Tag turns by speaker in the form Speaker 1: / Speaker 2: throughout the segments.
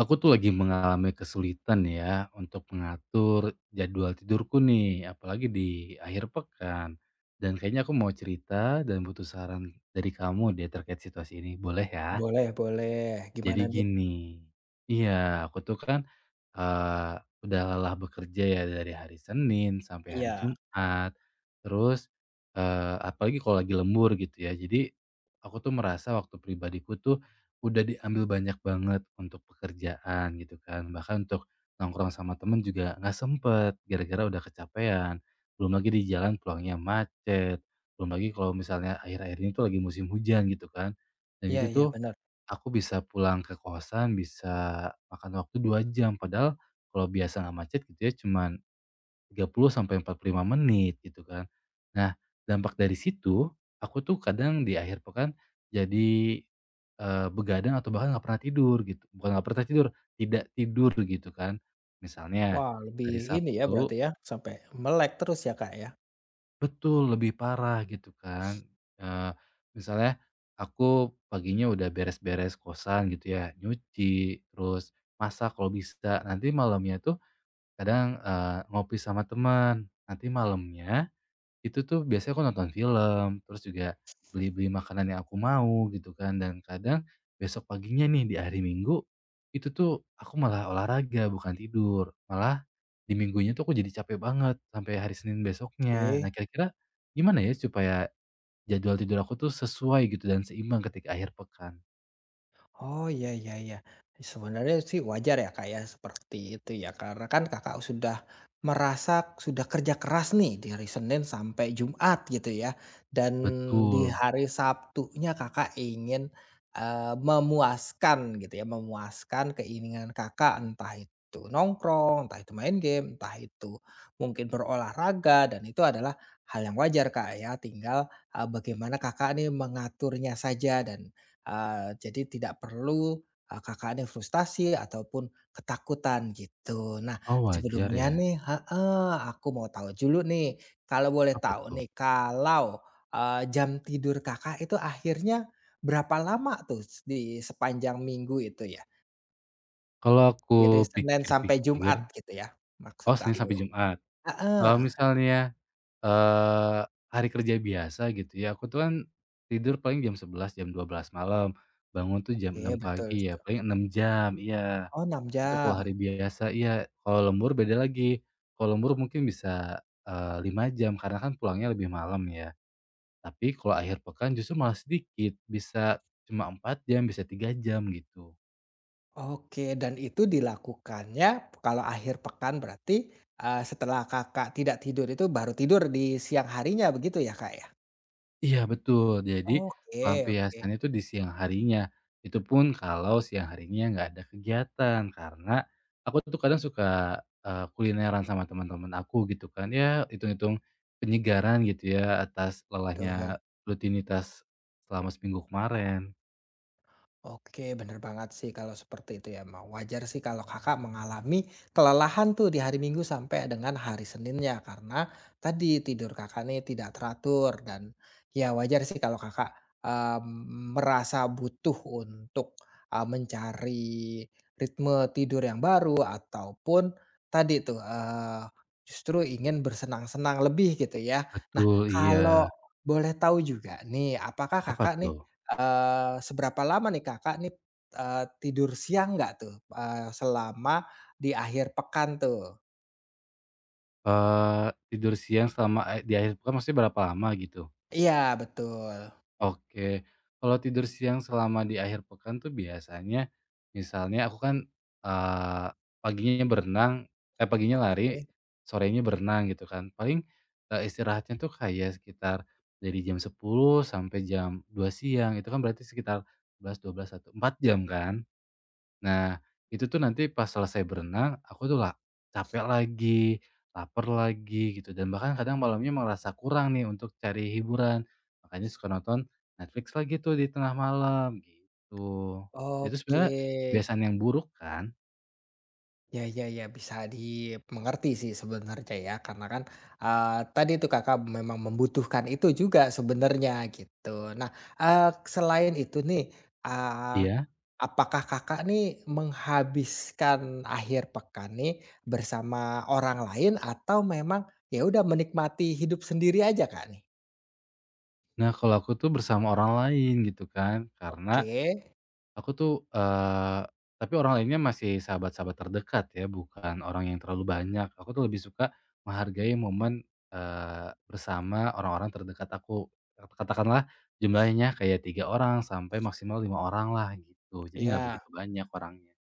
Speaker 1: Aku tuh lagi mengalami kesulitan ya untuk mengatur jadwal tidurku nih, apalagi di akhir pekan. Dan kayaknya aku mau cerita dan butuh saran dari kamu deh terkait situasi ini, boleh ya?
Speaker 2: Boleh boleh, gimana
Speaker 1: Jadi
Speaker 2: nih?
Speaker 1: gini, iya aku tuh kan, eee, udah lelah bekerja ya dari hari Senin sampai hari
Speaker 2: Iya,
Speaker 1: Jumat, terus, apalagi kalau lagi lembur gitu ya. Jadi aku tuh merasa waktu pribadiku tuh udah diambil banyak banget untuk pekerjaan gitu kan, bahkan untuk nongkrong sama temen juga nggak sempet gara-gara udah kecapean, belum lagi di jalan pulangnya macet, belum lagi kalau misalnya akhir-akhir ini tuh lagi musim hujan gitu kan, dan
Speaker 2: iya
Speaker 1: itu
Speaker 2: iya
Speaker 1: tuh.
Speaker 2: benar.
Speaker 1: Aku bisa pulang ke kosan, bisa makan waktu 2 jam, padahal kalau biasa nggak macet gitu ya cuman 30 sampai 45 menit gitu kan. Nah, dampak dari situ, aku tuh kadang di akhir pekan jadi, begadang atau bahkan nggak pernah tidur gitu, bukan nggak pernah tidur, tidak tidur gitu kan. Misalnya
Speaker 2: Wah lebih
Speaker 1: hari
Speaker 2: ini ya
Speaker 1: Sabtu.
Speaker 2: berarti ya, sampai melek terus ya, Kak, ya?
Speaker 1: Betul, lebih parah gitu kan. Eee, misalnya aku paginya udah beres-beres kosan gitu ya, nyuci, terus masak kalau bisa, nanti malamnya tuh kadang, ngopi sama teman, nanti malamnya itu tuh biasanya aku nonton film, terus juga beli-beli makanan yang aku mau gitu kan, dan kadang besok paginya nih di hari Minggu, itu tuh aku malah olahraga bukan tidur, malah di minggunya tuh aku jadi capek banget sampai hari Senin besoknya.
Speaker 2: Oke.
Speaker 1: Nah, kira-kira gimana ya supaya jadwal tidur aku tuh sesuai gitu dan seimbang ketika akhir pekan?
Speaker 2: Oh, iya iya iya. Sebenarnya sih wajar ya, Kak, ya, seperti itu ya, karena kan Kakak sudah merasa sudah kerja keras nih dari Senin sampai Jumat gitu ya, dan di
Speaker 1: Betul.
Speaker 2: hari Sabtunya Kakak ingin, memuaskan gitu ya, memuaskan keinginan Kakak, entah itu nongkrong, entah itu main game, entah itu mungkin berolahraga, dan itu adalah hal yang wajar, Kak, ya, tinggal, bagaimana Kakak nih mengaturnya saja dan jadi tidak perlu, Kakaknya frustasi ataupun ketakutan gitu. Nah
Speaker 1: Oh, wajar
Speaker 2: sebelumnya
Speaker 1: ya?
Speaker 2: nih heeh, aku mau tahu dulu nih, kalau boleh
Speaker 1: Apa
Speaker 2: tahu
Speaker 1: tuh?
Speaker 2: nih kalau, jam tidur Kakak itu akhirnya berapa lama tuh di sepanjang minggu itu ya?
Speaker 1: Kalau aku
Speaker 2: Dari Senin sampai
Speaker 1: pikir-pikir,
Speaker 2: Jumat gitu ya maksud
Speaker 1: oh, Senin
Speaker 2: aku?
Speaker 1: sampai Jumat, kalau
Speaker 2: Heeh,
Speaker 1: misalnya eh hari kerja biasa gitu ya, aku tuh kan tidur paling jam 11 jam 12 malam, bangun tuh jam
Speaker 2: oke
Speaker 1: 6
Speaker 2: betul
Speaker 1: pagi ya,
Speaker 2: juga.
Speaker 1: paling 6 jam, iya.
Speaker 2: Oh 6
Speaker 1: Itu
Speaker 2: jam.
Speaker 1: kalau hari biasa, iya. Kalau lembur beda lagi, kalau lembur mungkin bisa, 5 jam karena kan pulangnya lebih malam ya. Tapi kalau akhir pekan justru malah sedikit, bisa cuma 4 jam, bisa 3 jam gitu.
Speaker 2: Oke, dan itu dilakukannya kalau akhir pekan berarti, setelah Kakak tidak tidur itu baru tidur di siang harinya begitu ya, Kak, ya?
Speaker 1: Iya betul, jadi
Speaker 2: Oke oke,
Speaker 1: pelampiasan itu di siang harinya, itu pun kalau siang harinya nggak ada kegiatan. Karena aku tuh kadang suka, kulineran sama teman-teman aku gitu kan, ya hitung-hitung penyegaran gitu ya atas
Speaker 2: tuh.
Speaker 1: lelahnya rutinitas selama seminggu kemarin.
Speaker 2: Oke, bener banget sih kalau seperti itu ya. Wajar sih kalau kakak mengalami kelelahan tuh di hari Minggu sampai dengan hari Seninnya karena tadi tidur kakak nih tidak teratur dan ya wajar sih kalau kakak um, merasa butuh untuk mencari ritme tidur yang baru ataupun tadi tuh justru ingin bersenang-senang lebih gitu ya. Nah,
Speaker 1: Betul,
Speaker 2: kalau
Speaker 1: iya.
Speaker 2: boleh tahu juga nih, apakah
Speaker 1: Apa
Speaker 2: kakak nih
Speaker 1: tuh?
Speaker 2: Seberapa lama nih Kakak nih, tidur siang nggak tuh, selama di akhir pekan tuh?
Speaker 1: Tidur siang selama, di akhir pekan maksudnya berapa lama gitu?
Speaker 2: Iya betul.
Speaker 1: Oke, kalau tidur siang selama di akhir pekan tuh biasanya misalnya aku kan, eee, paginya berenang paginya lari,
Speaker 2: Oke
Speaker 1: sorenya berenang gitu kan. Paling, istirahatnya tuh kayak sekitar dari jam 10 sampai jam 2 siang, itu kan berarti sekitar 11, 12, 1, 4 jam kan. Nah, itu tuh nanti pas selesai berenang, aku tuh lah capek lagi, lapar lagi gitu, dan bahkan kadang malamnya merasa kurang nih untuk cari hiburan. Makanya suka nonton Netflix lagi tuh di tengah malam, gitu. Itu
Speaker 2: oke.
Speaker 1: sebenarnya kebiasaan yang buruk kan?
Speaker 2: Ya ya ya, bisa dimengerti sih sebenarnya ya, karena kan, eee, tadi tuh Kakak memang membutuhkan itu juga sebenarnya gitu. Nah, eee, selain itu nih, eee
Speaker 1: Iya.
Speaker 2: apakah Kakak nih menghabiskan akhir pekan nih bersama orang lain atau memang ya udah menikmati hidup sendiri aja Kak nih?
Speaker 1: Nah, kalau aku tuh bersama orang lain gitu kan, karena
Speaker 2: Oke,
Speaker 1: Aku tuh, eee, tapi orang lainnya masih sahabat-sahabat terdekat ya, bukan orang yang terlalu banyak. Aku tuh lebih suka menghargai momen, bersama orang-orang terdekat aku. Katakanlah jumlahnya kayak 3 orang sampai maksimal 5 orang lah gitu, jadi nggak
Speaker 2: ya.
Speaker 1: begitu banyak orangnya.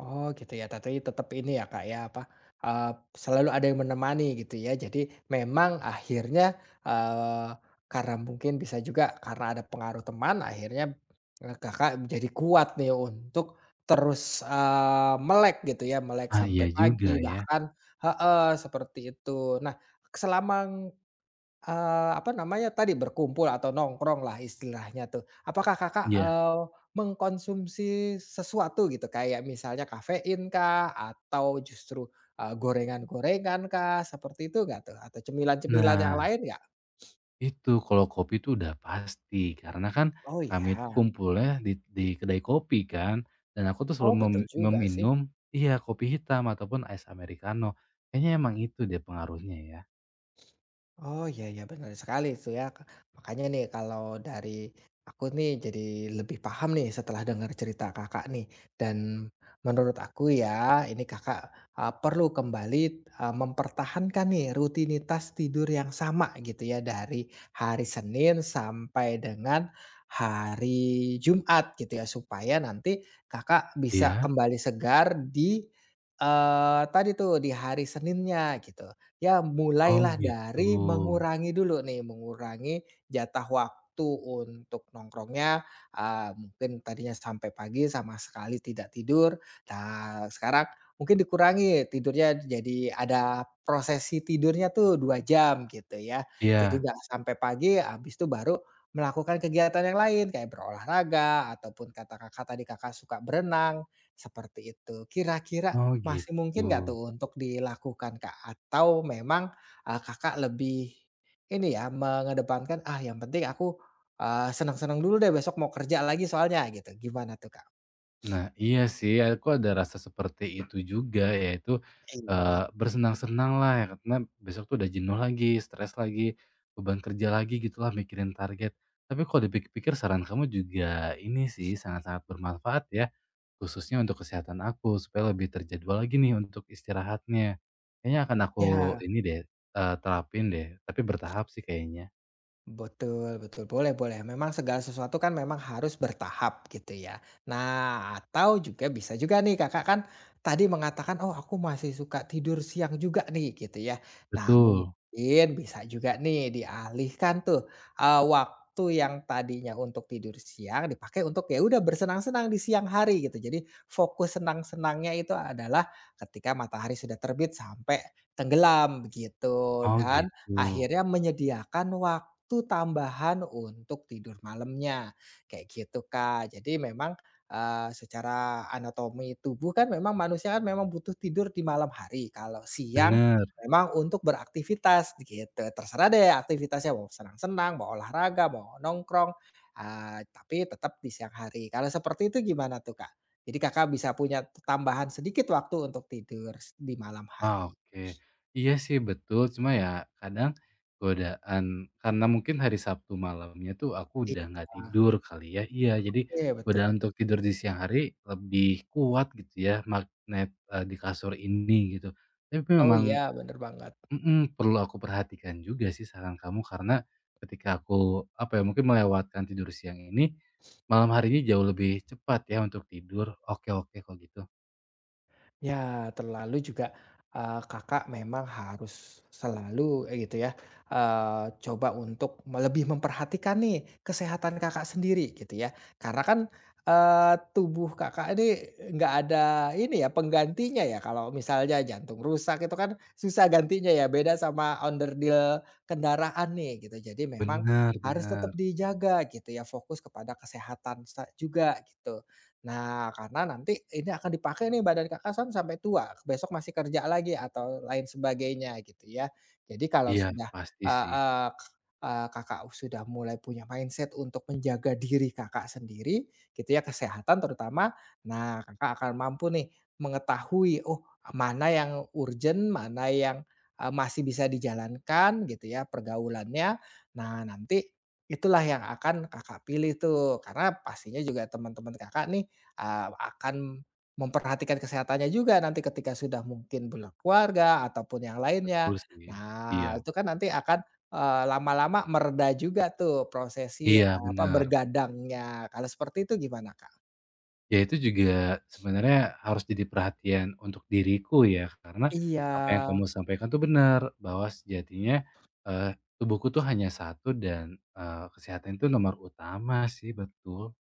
Speaker 2: Oh gitu ya, tapi tetap ini ya Kak ya, apa, eee, selalu ada yang menemani gitu ya. Jadi memang akhirnya, eee, karena mungkin bisa juga karena ada pengaruh teman akhirnya, Kakak menjadi kuat nih untuk terus, melek gitu ya, melek
Speaker 1: Ah,
Speaker 2: sampai
Speaker 1: iya
Speaker 2: pagi
Speaker 1: juga ya.
Speaker 2: bahkan heeh, seperti itu. Nah, selama apa namanya tadi, berkumpul atau nongkrong lah istilahnya tuh. Apakah Kakak,
Speaker 1: Iya.
Speaker 2: mengkonsumsi sesuatu gitu kayak misalnya kafein kah atau justru, gorengan kah seperti itu nggak tuh? Atau cemilan-cemilan yang
Speaker 1: Nah
Speaker 2: lain nggak?
Speaker 1: itu, kalau kopi itu udah pasti, karena kan
Speaker 2: Oh
Speaker 1: kami itu
Speaker 2: ya,
Speaker 1: kumpulnya di kedai kopi kan, dan aku tuh
Speaker 2: oh
Speaker 1: selalu
Speaker 2: betul juga sih.
Speaker 1: meminum iya, kopi hitam ataupun es americano. Kayaknya emang itu dia pengaruhnya ya.
Speaker 2: Oh, iya iya, benar sekali itu ya, Kak. Makanya nih kalau dari aku nih jadi lebih paham nih setelah dengar cerita Kakak nih, dan menurut aku ya ini Kakak, perlu kembali, mempertahankan nih rutinitas tidur yang sama gitu ya dari hari Senin sampai dengan hari Jumat gitu ya, supaya nanti Kakak bisa
Speaker 1: Iya?
Speaker 2: kembali segar di, tadi tuh di hari Seninnya gitu. Ya
Speaker 1: Oh,
Speaker 2: mulailah
Speaker 1: gitu.
Speaker 2: dari mengurangi dulu nih, mengurangi jatah waktu untuk nongkrongnya, mungkin tadinya sampai pagi sama sekali tidak tidur, nah sekarang mungkin dikurangi tidurnya jadi ada prosesi tidurnya tuh 2 jam gitu ya. Jadi
Speaker 1: Iya.
Speaker 2: nggak sampai pagi habis itu baru melakukan kegiatan yang lain kayak berolahraga ataupun kata Kakak tadi Kakak suka berenang, seperti itu. Kira-kira
Speaker 1: Oh,
Speaker 2: masih mungkin nggak
Speaker 1: gitu.
Speaker 2: tuh untuk dilakukan, Kak? Atau memang, Kakak lebih ini ya, mengedepankan, "Ah, yang penting aku, senang-senang dulu deh, besok mau kerja lagi soalnya," gitu. Gimana tuh, Kak?
Speaker 1: Nah, iya sih, aku ada rasa seperti itu juga, yaitu,
Speaker 2: Iya.
Speaker 1: bersenang-senanglah ya karena besok tuh udah jenuh lagi, stres lagi, beban kerja lagi gitulah mikirin target. Tapi kalau dipikir-pikir saran kamu juga ini sih sangat-sangat bermanfaat ya, khususnya untuk kesehatan aku supaya lebih terjadwal lagi nih untuk istirahatnya. Kayaknya akan aku
Speaker 2: Iya.
Speaker 1: ini deh, terapin deh, tapi bertahap sih kayaknya.
Speaker 2: Betul betul, boleh boleh. Memang segala sesuatu kan memang harus bertahap gitu ya. Nah, atau juga bisa juga nih Kakak kan tadi mengatakan, "Oh aku masih suka tidur siang juga nih," gitu ya. Nah
Speaker 1: Betul.
Speaker 2: mungkin bisa juga nih dialihkan tuh, waktu yang tadinya untuk tidur siang dipakai untuk ya udah bersenang-senang di siang hari gitu. Jadi fokus senang-senangnya itu adalah ketika matahari sudah terbit sampai tenggelam begitu
Speaker 1: Oh,
Speaker 2: dan
Speaker 1: gitu.
Speaker 2: akhirnya menyediakan waktu waktu tambahan untuk tidur malamnya, kayak gitu, Kak. Jadi memang, secara anatomi tubuh kan memang manusia kan memang butuh tidur di malam hari, kalau siang
Speaker 1: Bener.
Speaker 2: memang untuk beraktivitas, gitu. Terserah deh aktivitasnya mau senang-senang, mau olahraga, mau nongkrong, tapi tetap di siang hari. Kalau seperti itu gimana tuh, Kak? Jadi Kakak bisa punya tambahan sedikit waktu untuk tidur di malam
Speaker 1: Ah,
Speaker 2: hari.
Speaker 1: oke. Iya sih betul, cuma ya kadang godaan karena mungkin hari Sabtu malamnya tuh aku udah nggak tidur kali ya. Iya, jadi
Speaker 2: Iya, oke betul.
Speaker 1: godaan untuk tidur di siang hari lebih kuat gitu ya, magnet, di kasur ini gitu. Tapi
Speaker 2: Oh iya,
Speaker 1: memang
Speaker 2: bener banget.
Speaker 1: mhm, perlu aku perhatikan juga sih saran kamu karena ketika aku, apa ya, mungkin melewatkan tidur siang ini, malam harinya jauh lebih cepat ya untuk tidur. Oke oke kalau gitu.
Speaker 2: Ya, terlalu juga, Kakak memang harus selalu, gitu ya, coba untuk lebih memperhatikan nih kesehatan Kakak sendiri gitu ya. Karena kan, tubuh Kakak ini nggak ada ini ya, penggantinya ya kalau misalnya jantung rusak itu kan susah gantinya ya, beda sama onderdil kendaraan nih gitu. Jadi memang
Speaker 1: Benar,
Speaker 2: harus
Speaker 1: benar.
Speaker 2: tetap dijaga gitu ya, fokus kepada kesehatan juga gitu. Nah, karena nanti ini akan dipakai nih badan Kakak kan sampai tua, besok masih kerja lagi atau lain sebagainya gitu ya. Jadi kalau
Speaker 1: Iya,
Speaker 2: sudah,
Speaker 1: pasti
Speaker 2: eee
Speaker 1: sih.
Speaker 2: eee, eee, Kakak sudah mulai punya mindset untuk menjaga diri Kakak sendiri gitu ya, kesehatan terutama. Nah, Kakak akan mampu nih mengetahui, oh mana yang urgent, mana yang, masih bisa dijalankan gitu ya pergaulannya. Nah, nanti itulah yang akan Kakak pilih tuh, karena pastinya juga teman-teman Kakak nih akan memperhatikan kesehatannya juga nanti ketika sudah mungkin berkeluarga ataupun yang lainnya.
Speaker 1: Betul sih.
Speaker 2: Nah,
Speaker 1: Iya,
Speaker 2: itu kan nanti akan, lama-lama mereda juga tuh prosesi,
Speaker 1: iya,
Speaker 2: apa,
Speaker 1: benar.
Speaker 2: bergadangnya. Kalau seperti itu gimana, Kak?
Speaker 1: Ya itu juga sebenarnya harus jadi perhatian untuk diriku ya, karena
Speaker 2: Iya.
Speaker 1: apa yang kamu sampaikan tuh benar bahwa sejatinya, tubuhku tuh hanya satu dan, kesehatan itu nomor utama sih, betul.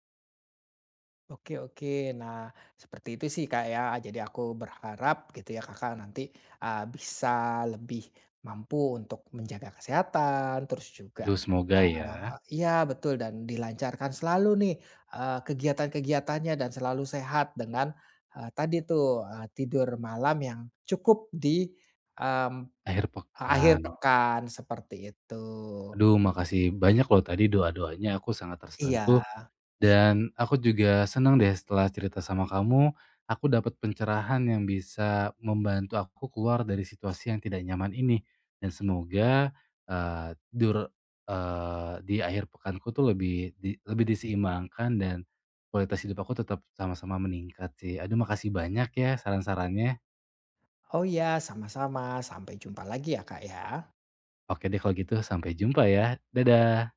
Speaker 2: Oke oke. Nah, seperti itu sih, Kak, ya. Jadi aku berharap gitu ya Kakak nanti, bisa lebih mampu untuk menjaga kesehatan, terus juga,
Speaker 1: Aduh, semoga ya,
Speaker 2: iya betul, dan dilancarkan selalu nih, kegiatan-kegiatannya dan selalu sehat dengan, tadi tuh, tidur malam yang cukup di, mmm,
Speaker 1: akhir
Speaker 2: akhir
Speaker 1: pekan.
Speaker 2: pekan, seperti itu.
Speaker 1: Aduh, makasih banyak loh tadi doa-doanya, aku sangat
Speaker 2: Iya.
Speaker 1: tersentuh. Dan aku juga senang deh setelah cerita sama kamu, aku dapat pencerahan yang bisa membantu aku keluar dari situasi yang tidak nyaman ini. Dan semoga, eee, dur di akhir pekanku tuh lebih diseimbangkan dan kualitas hidup aku tetap sama-sama meningkat sih. Aduh, makasih banyak ya saran-sarannya.
Speaker 2: Oh iya, sama-sama. Sampai jumpa lagi ya, Kak, ya.
Speaker 1: Oke deh kalau gitu sampai jumpa ya. Dadah.